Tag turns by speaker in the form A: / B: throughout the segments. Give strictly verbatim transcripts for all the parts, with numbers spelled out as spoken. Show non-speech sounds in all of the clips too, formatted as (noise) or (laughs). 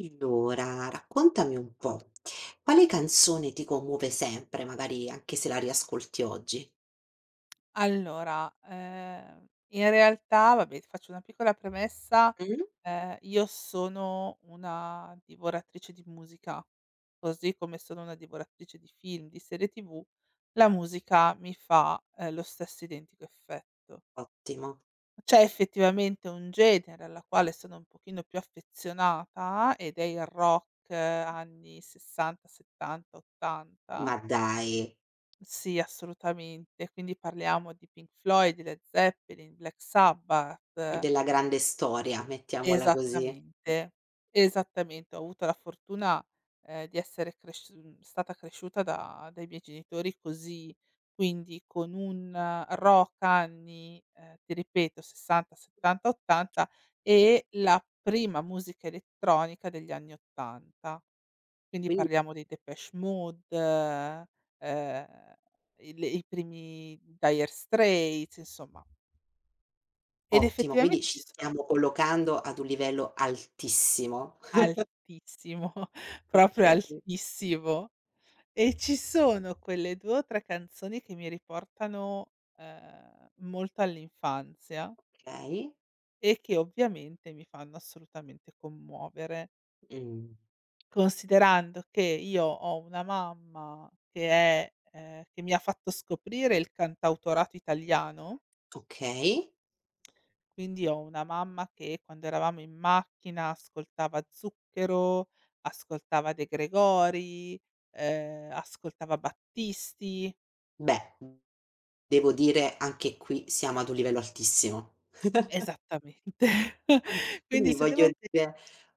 A: Allora, raccontami un po', quale canzone ti commuove sempre, magari anche se la riascolti oggi?
B: Allora, ehm, in realtà vabbè, ti faccio una piccola premessa,
A: Mh.
B: ehm, io sono una divoratrice di musica, così come sono una divoratrice di film, di serie T V, la musica mi fa, ehm, lo stesso identico effetto.
A: Ottimo,
B: C'è effettivamente un genere alla quale sono un pochino più affezionata ed è il rock eh, anni sessanta, settanta, ottanta.
A: ma dai,
B: Sì, assolutamente. Quindi parliamo di Pink Floyd, di Led Zeppelin, Black Sabbath.
A: della grande storia, mettiamola così.
B: Esattamente, esattamente. Ho avuto la fortuna, ehm, di essere cresciu mhmm, stata cresciuta da dai miei genitori, così, quindi con un eh, rock anni, ehm, ti ripeto, sessanta, settanta, ottanta,
A: Mh.
B: e la prima musica elettronica degli anni 'ottanta. Quindi
A: Quindi
B: parliamo dei Depeche Mode, ehm, il i primi Dire Straits, insomma. Ed
A: ottimo, quindi
B: effettivamente
A: ci
B: ci
A: Esatto.
B: so
A: stiamo collocando ad un livello altissimo.
B: altissimo, (laughs) proprio
A: Okay,
B: altissimo. E ci sono quelle due o tre canzoni che mi riportano, ehm, molto all'infanzia,
A: okay,
B: e che ovviamente mi fanno assolutamente commuovere.
A: mhmm,
B: Considerando che io ho una mamma che è ehm, che mi ha fatto scoprire il cantautorato italiano,
A: okay.
B: quindi ho una mamma che, quando eravamo in macchina, ascoltava Zucchero, ascoltava De Gregori, ehm, ascoltava Battisti.
A: Beh, devo dire anche qui siamo ad un livello altissimo.
B: Esattamente.
A: Vabbè,
B: (laughs) Quindi
A: quindi
B: se
A: voglio
B: devo pe
A: dire,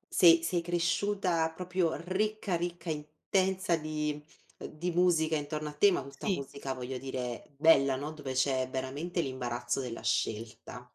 A: sei sei cresciuta proprio ricca, ricca, intensa di uhm, di musica intorno a te, ma tutta
B: Sì.
A: musica voglio dire bella, no, dove c'è veramente l'imbarazzo della scelta.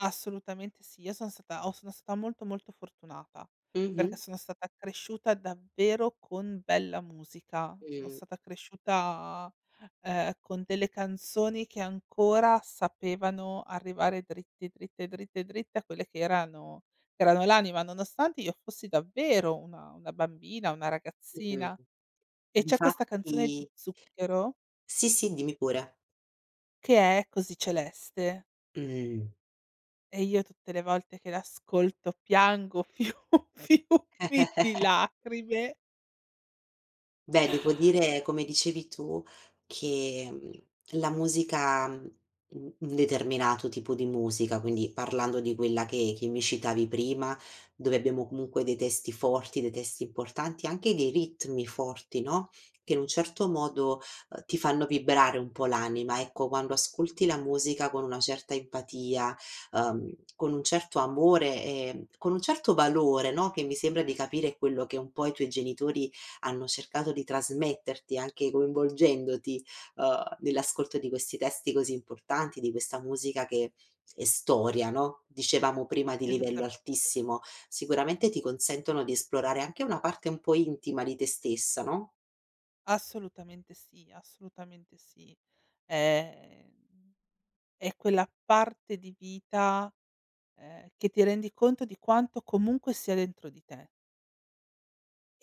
B: Assolutamente sì, io son stata o sono stata molto, molto fortunata,
A: Mh-mh.
B: perché sono stata cresciuta davvero con bella musica. Sono
A: Mh,
B: stata cresciuta, ehm, con delle canzoni che ancora sapevano arrivare dritte, dritte, dritte, dritte a quelle che erano, che erano l'anima, nonostante io fossi davvero una una bambina, una
A: mh.
B: ragazzina. E c'è questa canzone di
A: Difatti
B: Zucchero
A: sì, sì, dimmi pure.
B: che è "Così celeste".
A: Mh.
B: E io, tutte le volte che l'ascolto, piango fiu (laughs) fiumi di lacrime.
A: Beh, devo dire, come dicevi tu, che, mhmm, la musica mhmm, un determinato tipo di musica, quindi parlando di quella che che mi citavi prima, dove abbiamo comunque dei testi forti, dei testi importanti, anche dei ritmi forti, no, che in un certo modo, uhm, ti fanno vibrare un po' l'anima. Ecco, quando ascolti la musica con una certa empatia, uhm, con un certo amore, ehm, con un certo valore, no, che mi sembra di capire è quello che un po' i tuoi genitori hanno cercato di trasmetterti, anche coinvolgendoti, uhm, nell'ascolto di questi testi così importanti, di questa musica che è storia, no, dicevamo prima di livello
B: Esattamente,
A: altissimo. Sicuramente ti consentono di esplorare anche una parte un po' intima di te stessa, no?
B: assolutamente sì, assolutamente sì. Ehm, è quella parte di vita, ehm, che ti rendi conto di quanto comunque sia dentro di te,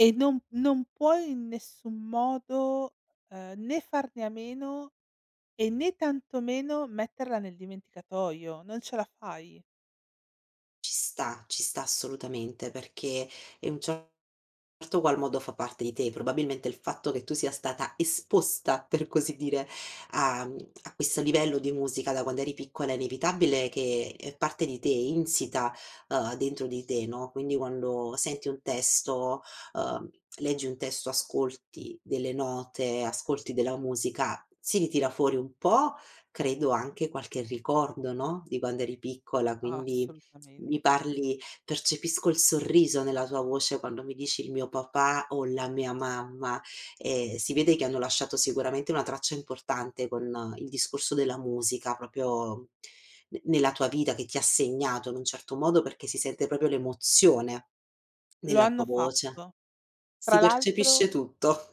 B: e non non puoi in nessun modo, ehm, né farne a meno, e né tantomeno metterla nel dimenticatoio. Non ce la fai.
A: Ci sta, ci sta assolutamente, perché è un cer certo qual modo fa parte di te. Probabilmente il fatto che tu sia stata esposta, per così dire, a mhmm, a questo livello di musica da quando eri piccola è inevitabile che è parte di te, insita, uhm, dentro di te, no, quindi quando senti un testo, uhm, leggi un testo, ascolti delle note, ascolti della musica, si ritira fuori un po', credo anche qualche ricordo, no, di quando eri piccola, quindi mi
B: Assolutamente.
A: parli Percepisco il sorriso nella tua voce quando mi dici: "Il mio papà" o "la mia mamma", ehm, si vede che hanno lasciato sicuramente una traccia importante con eh, il discorso della musica, proprio ne nella tua vita, che ti ha segnato in un certo modo, perché si sente proprio l'emozione
B: Lo
A: nella tua
B: hanno
A: voce.
B: fatto.
A: Si
B: Tra l'altro
A: percepisce tutto.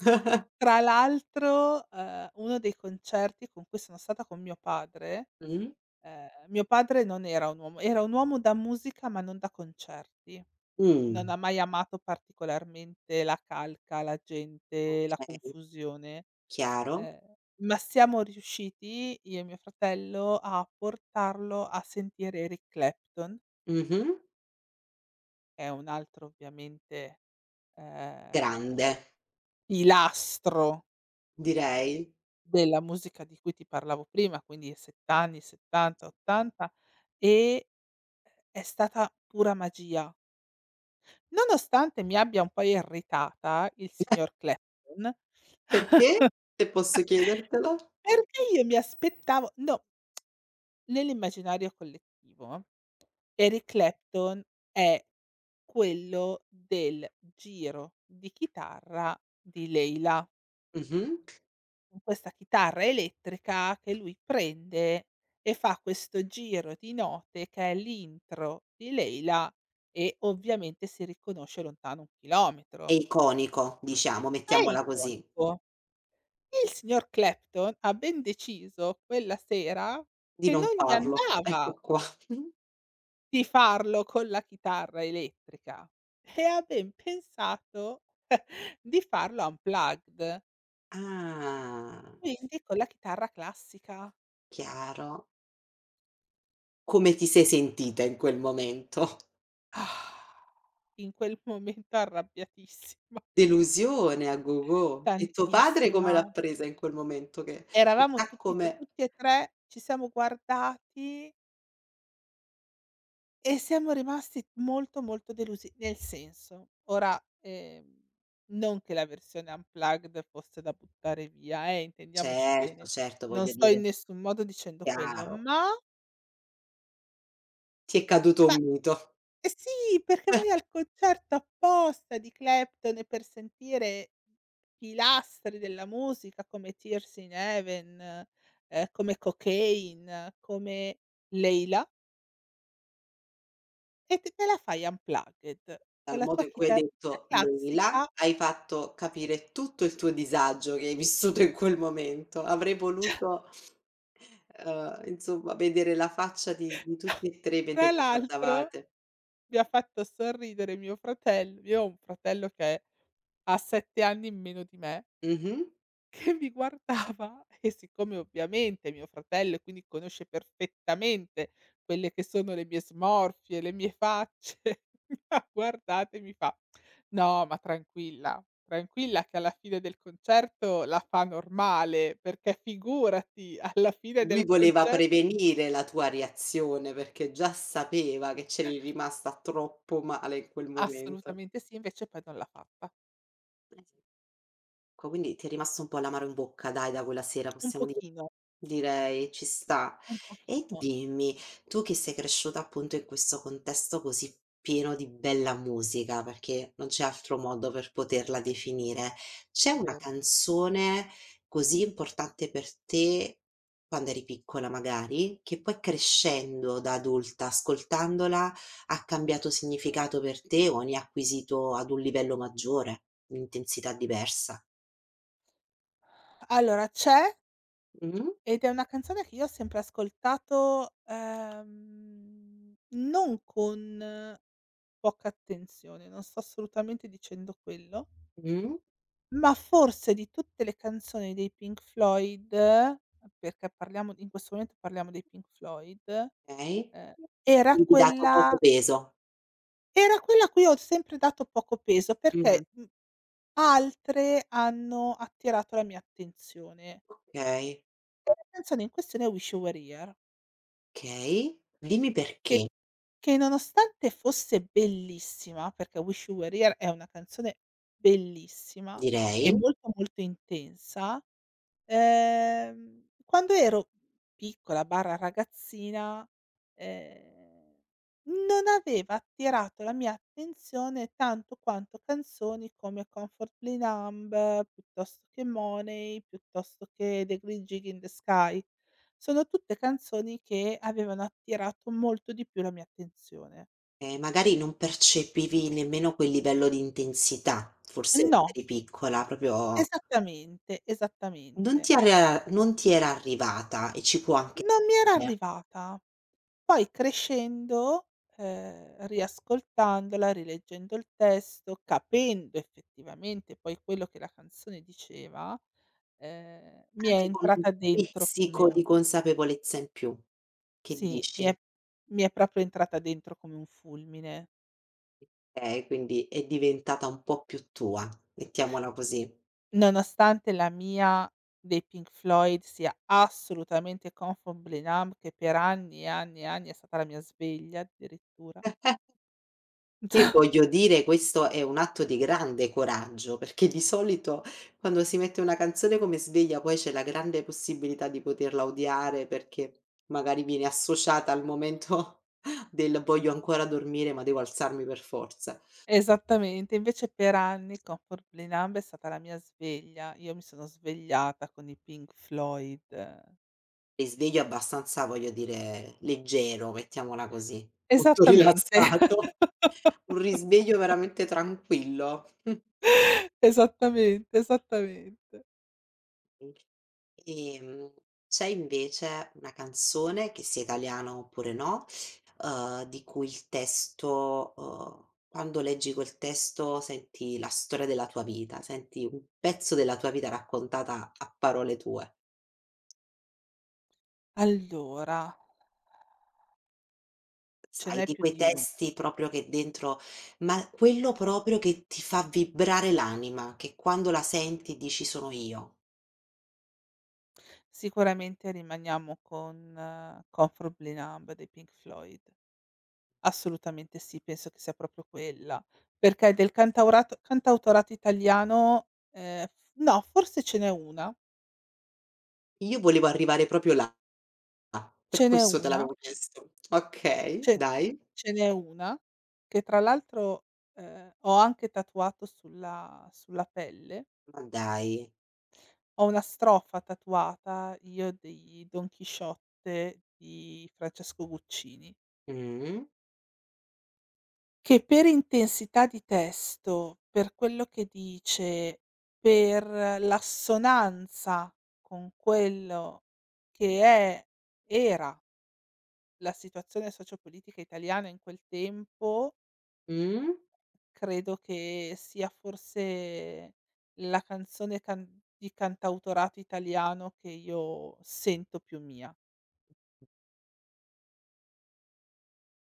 B: tra l'altro, ehm, uno dei concerti con cui sono stata con mio padre,
A: (laughs) Mh.
B: ehm, mio padre non era un uomo, era un uomo da musica, ma non da concerti. Non
A: Mh,
B: ha mai amato particolarmente la calca, la gente, la
A: okay,
B: confusione,
A: chiaro.
B: ehm, ma siamo riusciti, io e mio fratello, a portarlo a sentire Eric Clapton,
A: Mh-mh.
B: che è un altro, ovviamente,
A: Grande,
B: ehm, pilastro
A: direi.
B: della musica di cui ti parlavo prima, quindi sett anni settanta, ottanta, e è stata pura magia. Nonostante mi abbia un po' irritata il signor Clapton,
A: Perché, se posso chiedertelo?
B: perché io mi aspettavo, no, nell'immaginario collettivo Eric Clapton è quello del giro di chitarra di Leila.
A: Mh-mh.
B: Con questa chitarra elettrica che lui prende e fa questo giro di note che è l'intro di Leila, e ovviamente si riconosce lontano un
A: È
B: chilometro.
A: iconico, diciamo,
B: È
A: mettiamola così,
B: iconico. Il signor Clapton ha ben deciso, quella sera,
A: di
B: che
A: non
B: non gli
A: farlo. Ecco
B: andava
A: qua.
B: di farlo con la chitarra elettrica, e ha ben pensato (laughs) di farlo unplugged,
A: Ah,
B: quindi con la chitarra classica.
A: chiaro. Come ti sei sentita in quel momento?
B: Ah! In quel momento arrabbiatissima,
A: Delusione a go-go. E tuo padre come l'ha
B: tantissima.
A: presa in quel momento che
B: Eravamo
A: chissà
B: tutti t
A: come
B: tutti e tre, ci siamo guardati, e siamo rimasti molto, molto delusi. Nel senso, ora, ehm, non che la versione unplugged fosse da buttare via, eh, intendiamoci
A: certo,
B: bene.
A: certo,
B: Non
A: voglio
B: sto
A: dire,
B: in nessun modo dicendo quello.
A: chiaro.
B: ma
A: Ti è caduto un
B: ma
A: mito,
B: Eh sì, perché vai al concerto apposta di Clapton, e per sentire pilastri della musica come Tears in Heaven, ehm, come Cocaine, come Layla, e te te la fai unplugged con
A: dal
B: la
A: modo
B: tua
A: in cui hai
B: chitarrina
A: detto Leila,
B: classica.
A: hai fatto capire tutto il tuo disagio che hai vissuto in quel momento. Avrei
B: (laughs)
A: voluto Uhm, insomma vedere la faccia di di tutti e tre mentre
B: Tra
A: vi
B: l'altro,
A: guardavate.
B: mi ha fatto sorridere mio fratello. Io ho un fratello che ha sette anni in meno di me,
A: Mh-mh.
B: che mi guardava, e siccome ovviamente è mio fratello, e quindi conosce perfettamente quelle che sono le mie smorfie, le mie facce, (laughs) mi ha guardata e mi fa: "No, ma tranquilla, tranquilla, che alla fine del concerto la fa normale, perché figurati, alla fine
A: Lui
B: del
A: voleva
B: concerto".
A: prevenire la tua reazione perché già sapeva che c'eri rimasta troppo male in quel momento.
B: Assolutamente sì, invece poi non l'ha fatta.
A: Co quindi ti è rimasto un po' l'amaro in bocca dai, da quella sera
B: Un
A: possiamo dire
B: pochino,
A: direi, ci sta.
B: un
A: E
B: pochino,
A: dimmi, tu che sei cresciuta appunto in questo contesto così pieno di bella musica, perché non c'è altro modo per poterla definire, c'è una
B: vero.
A: canzone così importante per te, quando eri piccola magari, che poi crescendo da adulta, ascoltandola, ha cambiato significato per te o ne hai acquisito ad un livello maggiore, un'intensità diversa?
B: Allora, c'è
A: Mh,
B: ed è una canzone che io ho sempre ascoltato, ehm, non con poca attenzione, non sto assolutamente dicendo quello,
A: mh,
B: ma forse di tutte le canzoni dei Pink Floyd, perché parliamo in questo momento parliamo dei Pink Floyd,
A: okay.
B: ehm, era
A: Quindi dato poco
B: quella
A: peso.
B: era quella a cui ho sempre dato poco peso,
A: Mh,
B: perché, mhmm, altre hanno attirato la mia attenzione.
A: okay,
B: E la canzone in questione è "Wish You Were Here",
A: okay. Dimmi
B: che
A: perché,
B: Che nonostante fosse bellissima, perché "Wish You Were Here" è una canzone bellissima e
A: direi.
B: molto, molto intensa. Ehm, quando ero piccola barra ragazzina, ehm, non aveva attirato la mia attenzione tanto quanto canzoni come "Comfortably Numb", piuttosto che "Money", piuttosto che "The Green Gig in the Sky". Sono tutte canzoni che avevano attirato molto di più la mia attenzione.
A: Ehm, magari non percepivi nemmeno quel livello di intensità, forse
B: No,
A: eri piccola, proprio
B: esattamente,
A: non
B: esattamente.
A: ti era non ti era arrivata e ci può anche
B: Non mi era
A: stare,
B: arrivata. Poi crescendo, ehm, riascoltandola, rileggendo il testo, capendo effettivamente poi quello che la canzone diceva, ehm, mi è
A: anche con un
B: entrata dentro come
A: pizzico
B: un
A: di consapevolezza in più. Che
B: sì, mi
A: dici?
B: è mi è proprio entrata dentro come un fulmine.
A: Okay, quindi è diventata un po' più tua, mettiamola così.
B: Nonostante la mia, dei Pink Floyd, sia assolutamente Comfort Blenheim, che per anni e anni e anni è stata la mia sveglia, addirittura.
A: E
B: (laughs)
A: voglio dire, questo è un atto di grande coraggio, perché di solito quando si mette una canzone come sveglia, poi c'è la grande possibilità di poterla odiare, perché magari viene associata al momento (laughs) del voglio ancora dormire, ma devo alzarmi per forza.
B: Esattamente, invece per anni Comfort Blinam è stata la mia sveglia. Io mi sono svegliata con i Pink Floyd.
A: Risveglio abbastanza, voglio dire, leggero, mettiamola così, molto (laughs)
B: Esattamente.
A: rilassato.
B: (laughs)
A: Un risveglio veramente tranquillo.
B: Esattamente, esattamente.
A: Ehm, c'è invece una canzone, che sia italiana oppure no, uhm, di cui il testo uhm, quando leggi quel testo senti la storia della tua vita, senti un pezzo della tua vita raccontata a parole tue.
B: Allora, ce
A: Sai,
B: n'è
A: di
B: più
A: quei
B: di una.
A: testi proprio che dentro ma quello proprio che ti fa vibrare l'anima, che quando la senti dici: "Sono io".
B: Sicuramente rimaniamo con eh, Comfort Blinam dei Pink Floyd. Assolutamente sì, penso che sia proprio quella. Perché del cantaurato cantautorato italiano, ehm, f no, forse ce n'è una,
A: Io volevo arrivare proprio là, per
B: ce n'è
A: questo te
B: una
A: l'avevo chiesto. Okay,
B: Ce
A: dai.
B: ce n'è una che, tra l'altro, ehm, ho anche tatuato sulla sulla pelle.
A: Ma dai.
B: Ho una strofa tatuata, io, di Don Chisciotte di Francesco Guccini,
A: Mh,
B: che per intensità di testo, per quello che dice, per l'assonanza con quello che è era la situazione sociopolitica italiana in quel tempo.
A: mh.
B: Credo che sia forse la canzone can di cantautorato italiano che io sento più mia.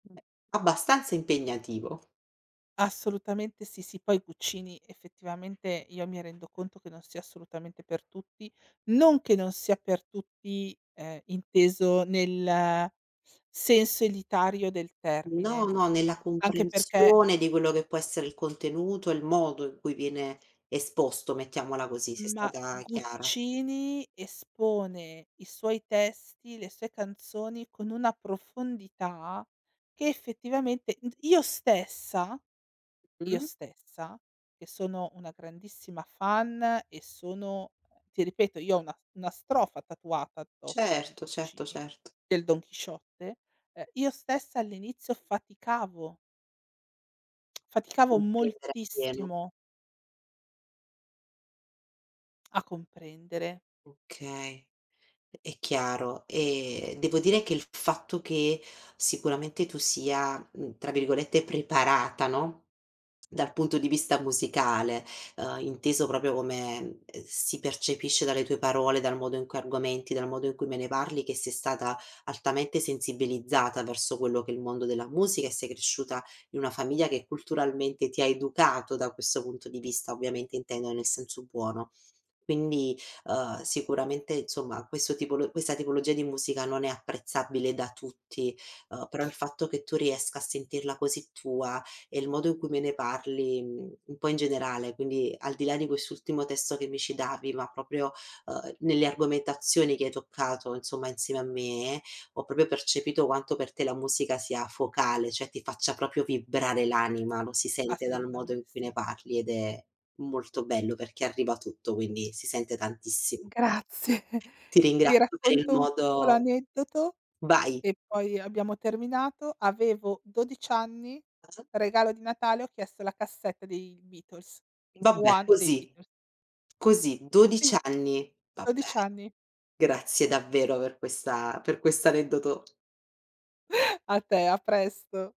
A: Beh, abbastanza impegnativo.
B: Assolutamente sì, sì, poi Guccini, effettivamente, io mi rendo conto che non sia assolutamente per tutti, non che non sia per tutti, ehm, inteso nel senso elitario del
A: No,
B: termine,
A: no, nella
B: anche perché
A: comprensione di quello che può essere il contenuto e il modo in cui viene esposto, mettiamola così, sei
B: ma
A: stata chiara.
B: Guccini espone i suoi testi, le sue canzoni, con una profondità che, effettivamente, n io stessa io
A: Mh?
B: stessa, che sono una grandissima fan, e sono ti ripeto, io ho una una strofa tatuata addosso di
A: Certo, certo,
B: Guccini,
A: certo.
B: del Don Chisciotte, ehm, io stessa all'inizio faticavo, (tsk) faticavo
A: Comprendere appieno.
B: moltissimo a comprendere,
A: Okay. È chiaro, ehm, devo dire che il fatto che sicuramente tu sia, mhmm, tra virgolette "preparata", no, dal punto di vista musicale, uhm, inteso proprio come, ehm, si percepisce dalle tue parole, dal modo in cui argomenti, dal modo in cui me ne parli, che sei stata altamente sensibilizzata verso quello che è il mondo della musica e sei cresciuta in una famiglia che culturalmente ti ha educato da questo punto di vista, ovviamente intendo nel senso buono. Quindi Uhm, sicuramente insomma questo tipolo questa tipologia di musica non è apprezzabile da tutti, uhm, però il fatto che tu riesca a sentirla così tua e il modo in cui me ne parli, mhmm, un po' in generale, quindi al di là di quest'ultimo testo che mi ci davi, ma proprio, uhm, nelle argomentazioni che hai toccato insomma insieme a me, ho proprio percepito quanto per te la musica sia focale, cioè ti faccia proprio vibrare l'anima, lo si sente dal modo
B: assolutamente
A: in cui ne
B: sì.
A: parli ed è Molto bello perché arriva tutto, quindi si sente tantissimo.
B: Grazie. (laughs)
A: Ti
B: Ti
A: ringrazio per il
B: racconto un piccolo
A: modo
B: aneddoto
A: vai.
B: e poi abbiamo terminato. Avevo dodici anni,
A: Ah-ah.
B: regalo di Natale, ho chiesto la cassetta dei Beatles.
A: Vabbè
B: One dei
A: così,
B: Beatles.
A: così, dodici
B: Sì,
A: anni. Vabbè,
B: dodici anni.
A: grazie davvero per questa per questo aneddoto
B: (laughs) A te, a presto.